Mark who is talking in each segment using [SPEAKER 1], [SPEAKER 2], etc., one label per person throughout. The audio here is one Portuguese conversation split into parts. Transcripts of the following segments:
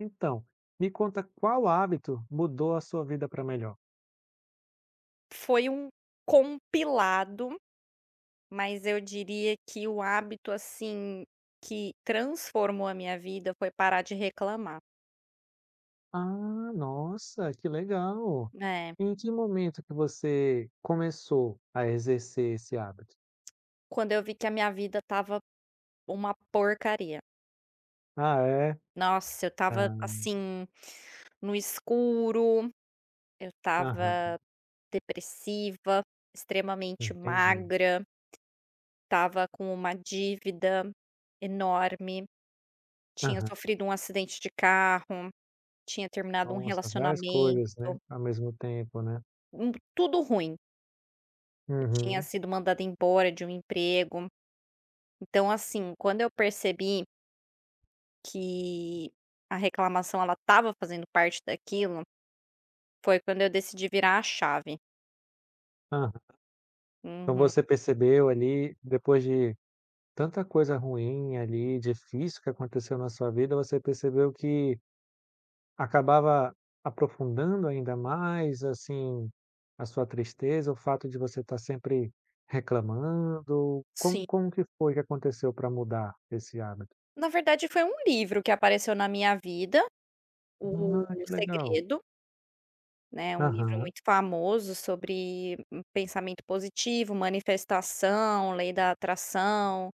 [SPEAKER 1] Então, me conta qual hábito mudou a sua vida para melhor?
[SPEAKER 2] Foi um compilado, mas eu diria que o hábito, assim, que transformou a minha vida foi parar de reclamar.
[SPEAKER 1] Ah, nossa, que legal!
[SPEAKER 2] É.
[SPEAKER 1] Em que momento que você começou a exercer esse hábito?
[SPEAKER 2] Quando eu vi que a minha vida tava uma porcaria.
[SPEAKER 1] Ah, é?
[SPEAKER 2] Nossa, eu tava
[SPEAKER 1] Ah,
[SPEAKER 2] assim, no escuro, eu
[SPEAKER 1] aham,
[SPEAKER 2] tava depressiva, extremamente
[SPEAKER 1] entendi.
[SPEAKER 2] magra, tava com uma dívida enorme, tinha
[SPEAKER 1] Aham.
[SPEAKER 2] sofrido um acidente de carro, tinha terminado um
[SPEAKER 1] Nossa, várias
[SPEAKER 2] relacionamento.
[SPEAKER 1] coisas, né, ao mesmo tempo, né.
[SPEAKER 2] Tudo ruim. Eu tinha
[SPEAKER 1] Uhum.
[SPEAKER 2] sido mandada embora de um emprego. Então, assim, quando eu percebi que a reclamação ela estava fazendo parte daquilo, foi quando eu decidi virar a chave.
[SPEAKER 1] Aham. Então
[SPEAKER 2] Uhum,
[SPEAKER 1] você percebeu ali, depois de tanta coisa ruim ali, difícil que aconteceu na sua vida, você percebeu que acabava aprofundando ainda mais, assim, a sua tristeza, o fato de você estar sempre reclamando? Como
[SPEAKER 2] sim.
[SPEAKER 1] como que foi que aconteceu para mudar esse hábito?
[SPEAKER 2] Na verdade, foi um livro que apareceu na minha vida, O
[SPEAKER 1] Ah, que legal.
[SPEAKER 2] Segredo. Né, um livro
[SPEAKER 1] Aham,
[SPEAKER 2] muito famoso sobre pensamento positivo, manifestação, lei da atração.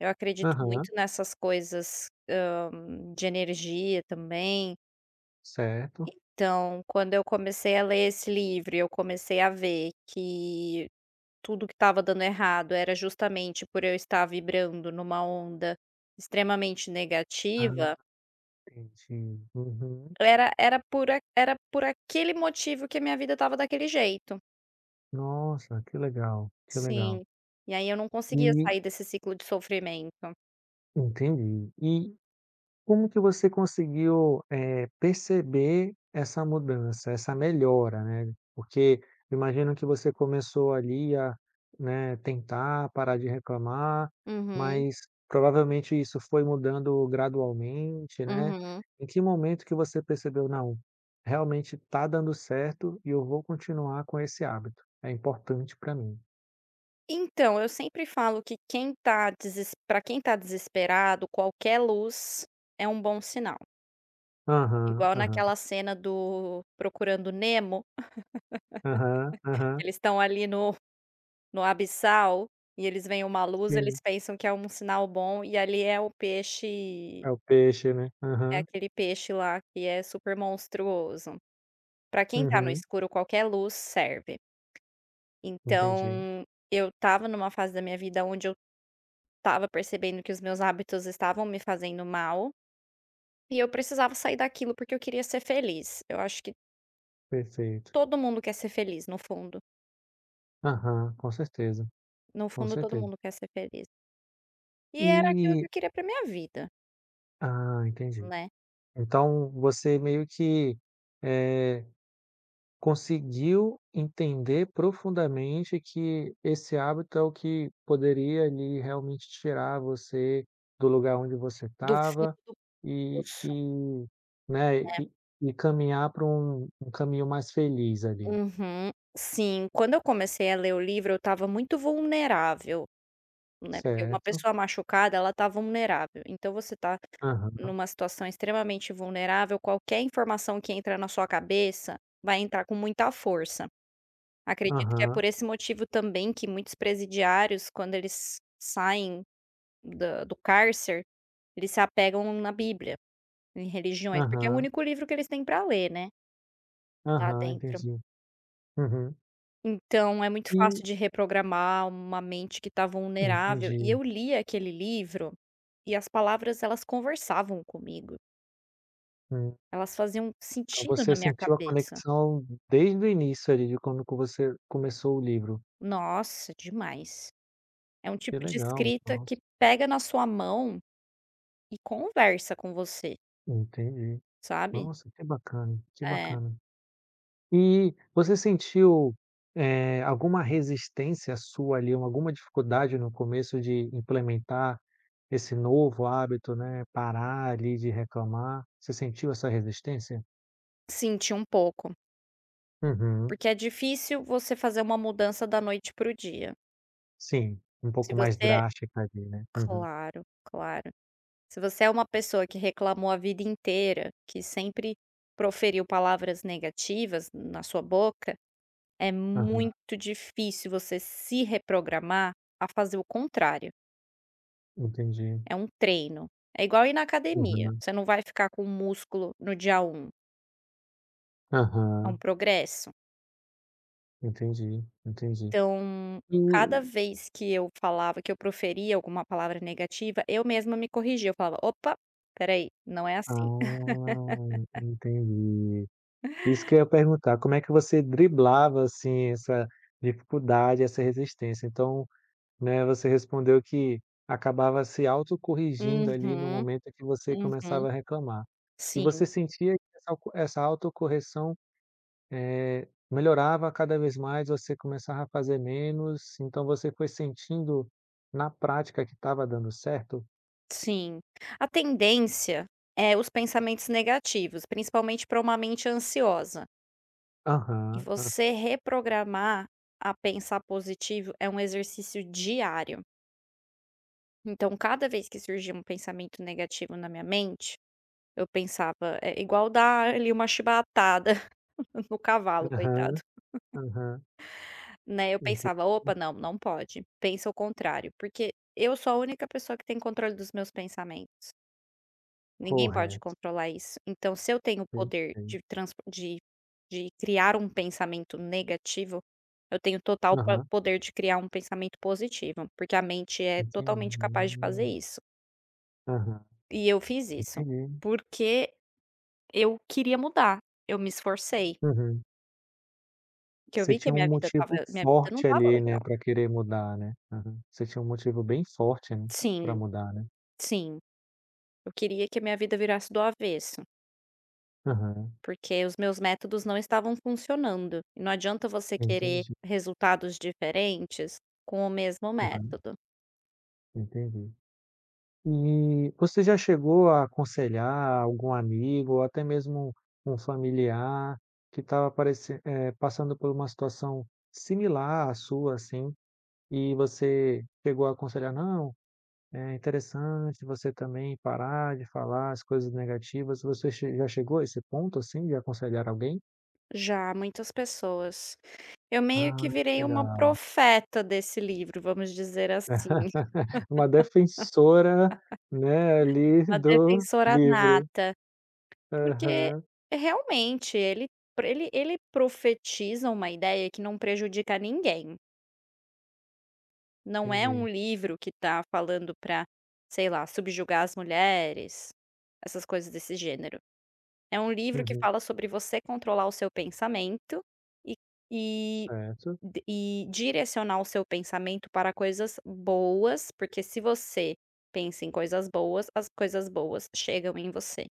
[SPEAKER 2] Eu acredito
[SPEAKER 1] aham,
[SPEAKER 2] muito nessas coisas, de energia também.
[SPEAKER 1] certo.
[SPEAKER 2] Então, quando eu comecei a ler esse livro e eu comecei a ver que tudo que estava dando errado era justamente por eu estar vibrando numa onda extremamente
[SPEAKER 1] Ah,
[SPEAKER 2] negativa,
[SPEAKER 1] entendi. Uhum.
[SPEAKER 2] era era por a era por aquele motivo que a minha vida estava daquele jeito.
[SPEAKER 1] Nossa, que legal, que legal.
[SPEAKER 2] Sim. E aí eu não conseguia
[SPEAKER 1] E,
[SPEAKER 2] sair desse ciclo de sofrimento.
[SPEAKER 1] entendi. E como que você conseguiu, perceber essa mudança, essa melhora, né? Porque imagino que você começou ali a, né, tentar parar de reclamar,
[SPEAKER 2] Uhum,
[SPEAKER 1] mas provavelmente isso foi mudando gradualmente, né?
[SPEAKER 2] uhum.
[SPEAKER 1] Em que momento que você percebeu: "Não, realmente está dando certo e eu vou continuar com esse hábito, é importante para mim"?
[SPEAKER 2] Então, eu sempre falo que quem tá deses pra quem tá desesperado, qualquer luz é um bom sinal.
[SPEAKER 1] Aham,
[SPEAKER 2] Igual
[SPEAKER 1] aham,
[SPEAKER 2] naquela cena do Procurando Nemo,
[SPEAKER 1] aham,
[SPEAKER 2] que
[SPEAKER 1] aham,
[SPEAKER 2] eles estão ali no abissal e eles veem uma luz, eles
[SPEAKER 1] sim,
[SPEAKER 2] pensam que é um sinal bom e ali é o peixe
[SPEAKER 1] é o peixe, né?
[SPEAKER 2] é
[SPEAKER 1] Aham,
[SPEAKER 2] aquele peixe lá que é super monstruoso. Pra quem tá no
[SPEAKER 1] uhum,
[SPEAKER 2] escuro, qualquer luz serve.
[SPEAKER 1] entendi.
[SPEAKER 2] Então, eu estava numa fase da minha vida onde eu estava percebendo que os meus hábitos estavam me fazendo mal, e eu precisava sair daquilo porque eu queria ser feliz. Eu acho que
[SPEAKER 1] Perfeito.
[SPEAKER 2] todo mundo quer ser feliz no fundo.
[SPEAKER 1] Aham, com certeza,
[SPEAKER 2] No
[SPEAKER 1] com
[SPEAKER 2] fundo, todo
[SPEAKER 1] certeza.
[SPEAKER 2] mundo quer ser feliz. E era aquilo que
[SPEAKER 1] E,
[SPEAKER 2] eu queria pra minha vida,
[SPEAKER 1] ah, entendi.
[SPEAKER 2] né,
[SPEAKER 1] Então você meio que, eh, conseguiu entender profundamente que esse hábito é o que poderia ali realmente tirar você do lugar onde você
[SPEAKER 2] do fundo
[SPEAKER 1] estava
[SPEAKER 2] do
[SPEAKER 1] e
[SPEAKER 2] sul,
[SPEAKER 1] e, né,
[SPEAKER 2] né.
[SPEAKER 1] e caminhar para um caminho mais feliz ali,
[SPEAKER 2] Uhum. Sim, quando eu comecei a ler o livro, eu estava muito vulnerável. Né, porque uma
[SPEAKER 1] certo?
[SPEAKER 2] pessoa machucada, ela tá vulnerável, então você tá
[SPEAKER 1] Aham,
[SPEAKER 2] numa situação extremamente vulnerável, qualquer informação que entra na sua cabeça, vai entrar com muita força. Acredito que é
[SPEAKER 1] aham,
[SPEAKER 2] por esse motivo também que muitos presidiários, quando eles saem da do cárcer, eles se apegam na Bíblia, em religiões, porque é o
[SPEAKER 1] aham,
[SPEAKER 2] único livro que eles têm para ler, né, lá
[SPEAKER 1] aham,
[SPEAKER 2] dentro.
[SPEAKER 1] entendi. Uhum.
[SPEAKER 2] Então é muito
[SPEAKER 1] E,
[SPEAKER 2] fácil de reprogramar uma mente que tá vulnerável, e
[SPEAKER 1] entendi.
[SPEAKER 2] eu li aquele livro. E as palavras elas conversavam comigo,
[SPEAKER 1] Hum.
[SPEAKER 2] elas faziam
[SPEAKER 1] Então
[SPEAKER 2] sentido na
[SPEAKER 1] você
[SPEAKER 2] minha
[SPEAKER 1] sentiu a
[SPEAKER 2] cabeça.
[SPEAKER 1] conexão desde o início ali, de quando que você começou o livro.
[SPEAKER 2] Nossa, demais. É um
[SPEAKER 1] Que
[SPEAKER 2] tipo de
[SPEAKER 1] legal,
[SPEAKER 2] escrita que
[SPEAKER 1] nossa,
[SPEAKER 2] pega na sua mão e conversa com você,
[SPEAKER 1] entendi.
[SPEAKER 2] sabe.
[SPEAKER 1] Nossa, que bacana, que
[SPEAKER 2] É,
[SPEAKER 1] bacana. E você sentiu, alguma resistência sua ali, ou alguma dificuldade no começo de implementar esse novo hábito, né, parar ali de reclamar? Você sentiu essa resistência?
[SPEAKER 2] senti um pouco,
[SPEAKER 1] Uhum.
[SPEAKER 2] porque é difícil você fazer uma mudança da noite para o dia.
[SPEAKER 1] Sim, um
[SPEAKER 2] Se
[SPEAKER 1] pouco mais
[SPEAKER 2] você
[SPEAKER 1] drástica ali, né. Uhum.
[SPEAKER 2] claro, claro. Se você é uma pessoa que reclamou a vida inteira, que sempre proferiu palavras negativas na sua boca, é
[SPEAKER 1] Aham,
[SPEAKER 2] muito difícil você se reprogramar a fazer o contrário.
[SPEAKER 1] entendi.
[SPEAKER 2] É um treino. É igual ir na academia.
[SPEAKER 1] Uhum.
[SPEAKER 2] Você não vai ficar com músculo no dia um. É um
[SPEAKER 1] Aham,
[SPEAKER 2] progresso.
[SPEAKER 1] entendi, entendi.
[SPEAKER 2] Então,
[SPEAKER 1] E,
[SPEAKER 2] cada vez que eu falava, que eu proferia alguma palavra negativa, eu mesma me corrigia. Eu falava: "Opa, peraí, não é assim".
[SPEAKER 1] ah, entendi. Isso que eu ia perguntar, como é que você driblava, assim, essa dificuldade, essa resistência? Então, né, você respondeu que acabava se autocorrigindo ali no
[SPEAKER 2] Uhum,
[SPEAKER 1] momento em que você
[SPEAKER 2] uhum.
[SPEAKER 1] começava a reclamar. E
[SPEAKER 2] Sim,
[SPEAKER 1] você sentia que essa alco essa autocorreção, melhorava cada vez mais, você começava a fazer menos, então você foi sentindo na prática que estava dando certo?
[SPEAKER 2] sim. A tendência é os pensamentos negativos, principalmente para uma mente ansiosa. E
[SPEAKER 1] Aham, aham.
[SPEAKER 2] você reprogramar a pensar positivo é um exercício diário. Então, cada vez que surgia um pensamento negativo na minha mente, eu pensava, é igual dar ali uma chibatada no cavalo,
[SPEAKER 1] Aham,
[SPEAKER 2] coitado,
[SPEAKER 1] aham.
[SPEAKER 2] né. Eu
[SPEAKER 1] Enten
[SPEAKER 2] pensava: "Opa, não, não pode, pensa o contrário", porque eu sou a única pessoa que tem controle dos meus pensamentos. Ninguém pode
[SPEAKER 1] Correto,
[SPEAKER 2] controlar isso. Então, se eu tenho o poder
[SPEAKER 1] perfeito.
[SPEAKER 2] de transpo de criar um pensamento negativo, eu tenho total po
[SPEAKER 1] Aham,
[SPEAKER 2] poder de criar um pensamento positivo, porque a mente é
[SPEAKER 1] entendi.
[SPEAKER 2] totalmente capaz de fazer isso.
[SPEAKER 1] Aham,
[SPEAKER 2] E eu fiz isso,
[SPEAKER 1] entendi.
[SPEAKER 2] porque eu queria mudar, eu me esforcei,
[SPEAKER 1] Uhum.
[SPEAKER 2] que eu
[SPEAKER 1] Você
[SPEAKER 2] vi que
[SPEAKER 1] tinha
[SPEAKER 2] a
[SPEAKER 1] um
[SPEAKER 2] minha vida estava
[SPEAKER 1] motivo
[SPEAKER 2] minha vida não
[SPEAKER 1] forte
[SPEAKER 2] estava
[SPEAKER 1] ali, né,
[SPEAKER 2] legal.
[SPEAKER 1] pra querer mudar, né. Aham. Você tinha um motivo bem forte, né, pra
[SPEAKER 2] Sim,
[SPEAKER 1] mudar, né.
[SPEAKER 2] sim. Eu queria que a minha vida virasse do avesso.
[SPEAKER 1] Aham,
[SPEAKER 2] Porque os meus métodos não estavam funcionando, e não adianta você querer
[SPEAKER 1] entendi.
[SPEAKER 2] resultados diferentes com o mesmo
[SPEAKER 1] Aham,
[SPEAKER 2] método.
[SPEAKER 1] entendi. E você já chegou a aconselhar algum amigo ou até mesmo um familiar que estava parece passando por uma situação similar à sua, assim? E você chegou a aconselhar: "Não, é interessante você também parar de falar as coisas negativas". Você che já chegou a esse ponto, assim, de aconselhar alguém?
[SPEAKER 2] Já muitas pessoas. Eu meio
[SPEAKER 1] Ah,
[SPEAKER 2] que
[SPEAKER 1] que
[SPEAKER 2] virei uma
[SPEAKER 1] legal.
[SPEAKER 2] profeta desse livro, vamos dizer assim,
[SPEAKER 1] Uma defensora, né, ali
[SPEAKER 2] uma
[SPEAKER 1] do
[SPEAKER 2] defensora
[SPEAKER 1] livro.
[SPEAKER 2] nata, porque
[SPEAKER 1] Aham,
[SPEAKER 2] realmente ele profetiza uma ideia que não prejudica ninguém. Não é um
[SPEAKER 1] entendi.
[SPEAKER 2] livro que tá falando pra, sei lá, subjugar as mulheres, essas coisas desse gênero. É um livro que
[SPEAKER 1] Uhum,
[SPEAKER 2] fala sobre você controlar o seu pensamento e e
[SPEAKER 1] certo.
[SPEAKER 2] e direcionar o seu pensamento para coisas boas, porque se você pensa em coisas boas, as coisas boas chegam em você.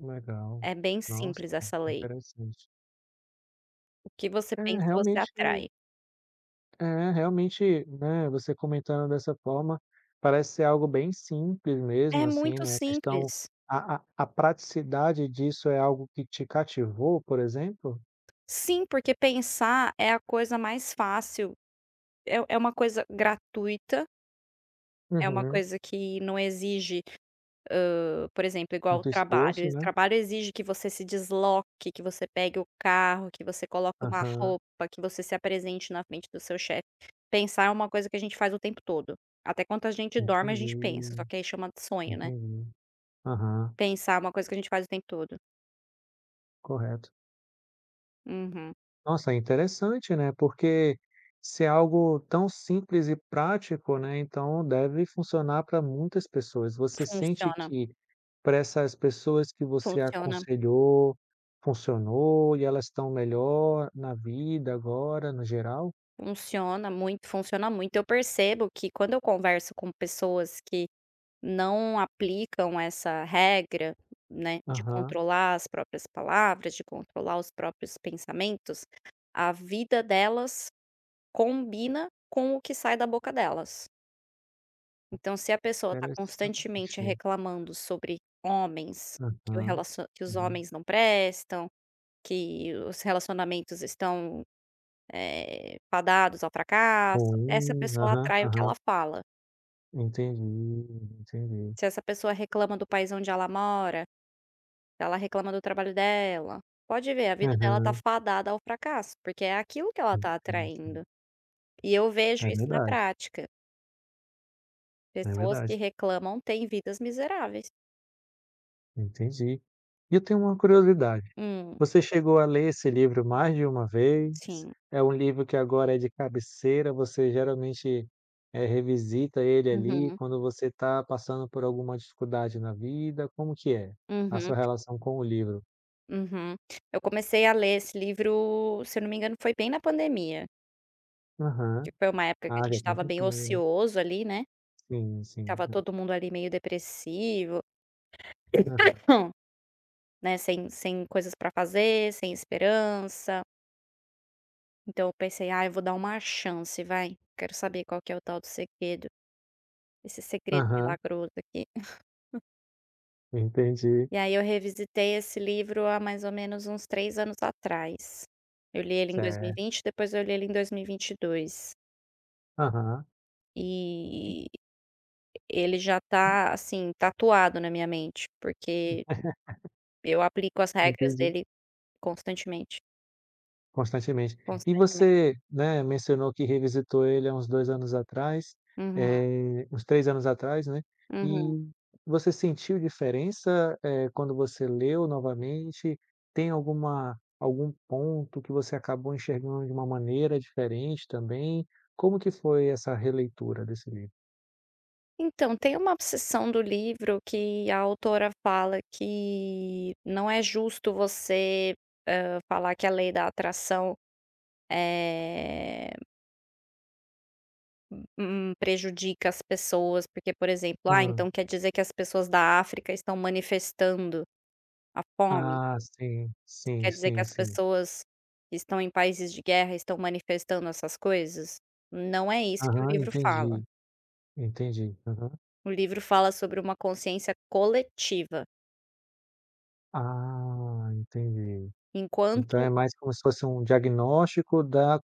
[SPEAKER 1] Legal.
[SPEAKER 2] É bem
[SPEAKER 1] Nossa,
[SPEAKER 2] simples essa lei.
[SPEAKER 1] interessante.
[SPEAKER 2] O que você
[SPEAKER 1] É,
[SPEAKER 2] pensa, você
[SPEAKER 1] realmente
[SPEAKER 2] atrai.
[SPEAKER 1] É, realmente, né, você comentando dessa forma, parece ser algo bem simples
[SPEAKER 2] É
[SPEAKER 1] mesmo, assim,
[SPEAKER 2] muito
[SPEAKER 1] né, a questão
[SPEAKER 2] simples.
[SPEAKER 1] a praticidade disso é algo que te cativou, por exemplo?
[SPEAKER 2] Sim, porque pensar é a coisa mais fácil, é uma coisa gratuita, é uma
[SPEAKER 1] Uhum.
[SPEAKER 2] coisa que não exige. Por exemplo, igual
[SPEAKER 1] No teu esforço,
[SPEAKER 2] o
[SPEAKER 1] né?
[SPEAKER 2] trabalho exige que você se desloque, que você pegue o carro, que você coloque uma
[SPEAKER 1] Aham.
[SPEAKER 2] roupa, que você se apresente na frente do seu chefe. Pensar é uma coisa que a gente faz o tempo todo. Até quando a gente dorme, a gente pensa, só
[SPEAKER 1] Entendi,
[SPEAKER 2] que aí chama de sonho, né.
[SPEAKER 1] entendi. Aham,
[SPEAKER 2] Pensar é uma coisa que a gente faz o tempo todo.
[SPEAKER 1] correto.
[SPEAKER 2] Uhum.
[SPEAKER 1] Nossa, é interessante, né, porque se é algo tão simples e prático, né, então deve funcionar para muitas pessoas. Você sente
[SPEAKER 2] Funciona,
[SPEAKER 1] que para essas pessoas que você
[SPEAKER 2] funciona,
[SPEAKER 1] aconselhou, funcionou e elas estão melhor na vida agora, no geral?
[SPEAKER 2] funciona muito, funciona muito. Eu percebo que quando eu converso com pessoas que não aplicam essa regra, né, de
[SPEAKER 1] Aham,
[SPEAKER 2] controlar as próprias palavras, de controlar os próprios pensamentos, a vida delas combina com o que sai da boca delas. Então, se a pessoa está constantemente
[SPEAKER 1] interessante.
[SPEAKER 2] reclamando sobre homens, que o
[SPEAKER 1] Aham,
[SPEAKER 2] relacio que os
[SPEAKER 1] aham.
[SPEAKER 2] homens não prestam, que os relacionamentos estão, fadados ao fracasso, essa
[SPEAKER 1] Ruim,
[SPEAKER 2] pessoa
[SPEAKER 1] aham,
[SPEAKER 2] atrai o que ela
[SPEAKER 1] aham.
[SPEAKER 2] fala.
[SPEAKER 1] Entendi, entendi.
[SPEAKER 2] Se essa pessoa reclama do país onde ela mora, ela reclama do trabalho dela. Pode ver, a vida dela tá
[SPEAKER 1] Aham,
[SPEAKER 2] fadada ao fracasso, porque é aquilo que ela tá atraindo.
[SPEAKER 1] entendi.
[SPEAKER 2] E eu vejo
[SPEAKER 1] É
[SPEAKER 2] isso na
[SPEAKER 1] verdade,
[SPEAKER 2] prática.
[SPEAKER 1] é
[SPEAKER 2] Pessoas que
[SPEAKER 1] verdade.
[SPEAKER 2] reclamam têm vidas miseráveis.
[SPEAKER 1] Entendi. E eu tenho uma curiosidade,
[SPEAKER 2] Hum,
[SPEAKER 1] você chegou a ler esse livro mais de uma vez?
[SPEAKER 2] sim.
[SPEAKER 1] É um livro que agora é de cabeceira, você geralmente, revisita ele ali
[SPEAKER 2] Uhum,
[SPEAKER 1] quando você está passando por alguma dificuldade na vida, como que é a
[SPEAKER 2] uhum,
[SPEAKER 1] sua relação com o livro?
[SPEAKER 2] uhum. Eu comecei a ler esse livro, se eu não me engano, foi bem na pandemia,
[SPEAKER 1] Aham.
[SPEAKER 2] que foi uma época que a
[SPEAKER 1] Ah,
[SPEAKER 2] gente
[SPEAKER 1] já tem um
[SPEAKER 2] estava bem
[SPEAKER 1] tempinho, né.
[SPEAKER 2] ocioso ali, né,
[SPEAKER 1] Sim, sim.
[SPEAKER 2] estava
[SPEAKER 1] Hã.
[SPEAKER 2] todo mundo ali meio depressivo,
[SPEAKER 1] Aham.
[SPEAKER 2] né, sem coisas para fazer, sem esperança. Então eu pensei: "Ah, eu vou dar uma chance, vai. Quero saber qual que é o tal do segredo, esse segredo
[SPEAKER 1] Aham.
[SPEAKER 2] milagroso aqui".
[SPEAKER 1] Entendi.
[SPEAKER 2] E aí eu revisitei esse livro há mais ou menos uns 3 anos atrás. Eu li ele em 2020,
[SPEAKER 1] Certo.
[SPEAKER 2] depois eu li ele em 2022.
[SPEAKER 1] Aham.
[SPEAKER 2] E vinte e dois. E ele já tá, assim, tatuado na minha mente, porque eu aplico as
[SPEAKER 1] en
[SPEAKER 2] regras
[SPEAKER 1] entendi.
[SPEAKER 2] dele constantemente,
[SPEAKER 1] Constantemente. E
[SPEAKER 2] constantemente.
[SPEAKER 1] você, né, mencionou que revisitou ele há uns 2 anos atrás,
[SPEAKER 2] Uhum,
[SPEAKER 1] uns 3 anos atrás, né,
[SPEAKER 2] uhum.
[SPEAKER 1] e você sentiu diferença, quando você leu novamente? Tem algum ponto que você acabou enxergando de uma maneira diferente também? Como que foi essa releitura desse livro?
[SPEAKER 2] Então, tem uma seção do livro que a autora fala que não é justo você, falar que a lei da atração, eh, prejudica as pessoas, porque, por exemplo:
[SPEAKER 1] Hã.
[SPEAKER 2] "Ah, então quer dizer que as pessoas da África estão manifestando a fome?
[SPEAKER 1] Ah, sim,
[SPEAKER 2] Isso
[SPEAKER 1] sim,
[SPEAKER 2] quer dizer que
[SPEAKER 1] sim,
[SPEAKER 2] as
[SPEAKER 1] sim.
[SPEAKER 2] pessoas que estão em países de guerra estão manifestando essas coisas?" Não é isso que o
[SPEAKER 1] Aham,
[SPEAKER 2] livro fala.
[SPEAKER 1] entendi, entendi. Aham.
[SPEAKER 2] O livro fala sobre uma consciência coletiva
[SPEAKER 1] Ah, entendi. Então
[SPEAKER 2] enquanto
[SPEAKER 1] é mais como se fosse um diagnóstico da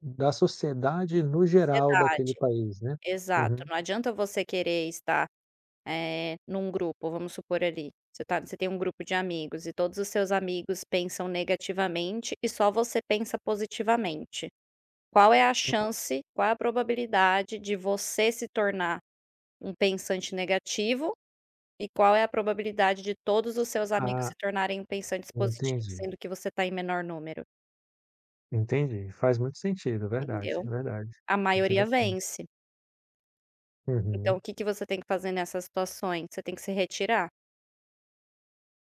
[SPEAKER 1] da sociedade no geral daquele
[SPEAKER 2] sociedade.
[SPEAKER 1] país, né?
[SPEAKER 2] Exato,
[SPEAKER 1] Uhum.
[SPEAKER 2] não adianta você querer estar, num grupo, vamos supor ali, você tem um grupo de amigos e todos os seus amigos pensam negativamente e só você pensa positivamente. Qual é a probabilidade de você se tornar um pensante negativo e qual é a probabilidade de todos os seus amigos
[SPEAKER 1] Ah,
[SPEAKER 2] se tornarem pensantes positivos,
[SPEAKER 1] entendi,
[SPEAKER 2] sendo que você está em menor número,
[SPEAKER 1] entendi. Faz muito sentido, verdade,
[SPEAKER 2] entendeu?
[SPEAKER 1] verdade.
[SPEAKER 2] A maioria
[SPEAKER 1] Interessante.
[SPEAKER 2] vence. Então o
[SPEAKER 1] Uhum.
[SPEAKER 2] que que você tem que fazer nessas situações? Você tem que se retirar,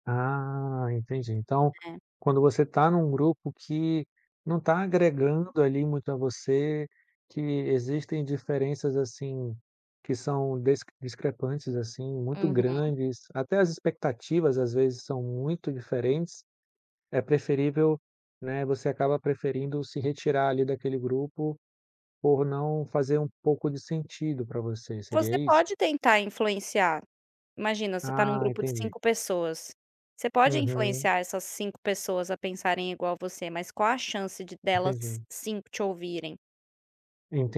[SPEAKER 1] Ah, entendi. Então,
[SPEAKER 2] né.
[SPEAKER 1] quando você está num grupo que não está agregando ali muito a você, que existem diferenças, assim, que são des discrepantes, assim, muito
[SPEAKER 2] Uhum.
[SPEAKER 1] grandes, até as expectativas às vezes são muito diferentes. É preferível, né, você acaba preferindo se retirar ali daquele grupo por não fazer um pouco de sentido para você,
[SPEAKER 2] Você
[SPEAKER 1] seria isso?
[SPEAKER 2] pode tentar influenciar. Imagina, você está num
[SPEAKER 1] Ah,
[SPEAKER 2] grupo de
[SPEAKER 1] entendi.
[SPEAKER 2] 5 pessoas. Você pode
[SPEAKER 1] Uhum,
[SPEAKER 2] influenciar essas 5 pessoas a pensarem igual você, mas qual a chance de delas
[SPEAKER 1] entendi.
[SPEAKER 2] 5 te ouvirem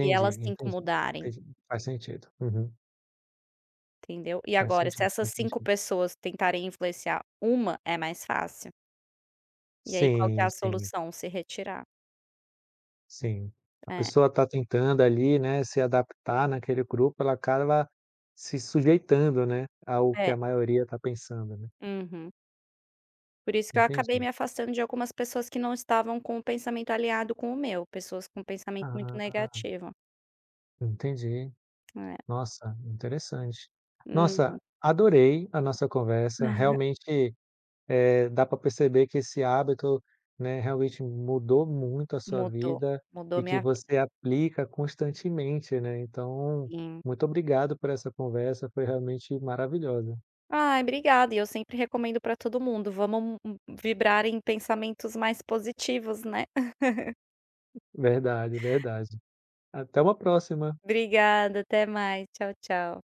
[SPEAKER 2] e elas 5
[SPEAKER 1] entendi,
[SPEAKER 2] mudarem,
[SPEAKER 1] entendi. Faz sentido. Uhum.
[SPEAKER 2] entendeu? E
[SPEAKER 1] Faz
[SPEAKER 2] agora, se
[SPEAKER 1] sentido,
[SPEAKER 2] essas
[SPEAKER 1] faz
[SPEAKER 2] 5
[SPEAKER 1] sentido.
[SPEAKER 2] pessoas tentarem influenciar uma, é mais fácil. E aí qual que é
[SPEAKER 1] Sim,
[SPEAKER 2] a
[SPEAKER 1] sim,
[SPEAKER 2] solução? Se retirar.
[SPEAKER 1] sim. A
[SPEAKER 2] É,
[SPEAKER 1] pessoa está tentando ali, né, se adaptar naquele grupo, ela acaba se sujeitando, né, ao que
[SPEAKER 2] é.
[SPEAKER 1] a maioria está pensando, né.
[SPEAKER 2] Uhum. Por isso que eu acabei
[SPEAKER 1] Entendi.
[SPEAKER 2] me afastando de algumas pessoas que não estavam com o pensamento aliado com o meu, pessoas com pensamento muito
[SPEAKER 1] Ah,
[SPEAKER 2] negativo.
[SPEAKER 1] entendi.
[SPEAKER 2] É.
[SPEAKER 1] Nossa, interessante.
[SPEAKER 2] Hum.
[SPEAKER 1] Nossa, adorei a nossa conversa. Realmente, dá para perceber que esse hábito, né, realmente mudou muito a sua
[SPEAKER 2] Mudou,
[SPEAKER 1] vida
[SPEAKER 2] mudou
[SPEAKER 1] e que
[SPEAKER 2] minha vida,
[SPEAKER 1] você aplica constantemente, né. Então,
[SPEAKER 2] sim.
[SPEAKER 1] muito obrigado por essa conversa, foi realmente maravilhosa.
[SPEAKER 2] Ai, obrigada. E eu sempre recomendo para todo mundo, vamos vibrar em pensamentos mais positivos, né.
[SPEAKER 1] Verdade, verdade. Até uma próxima.
[SPEAKER 2] Obrigada, até mais. Tchau, tchau.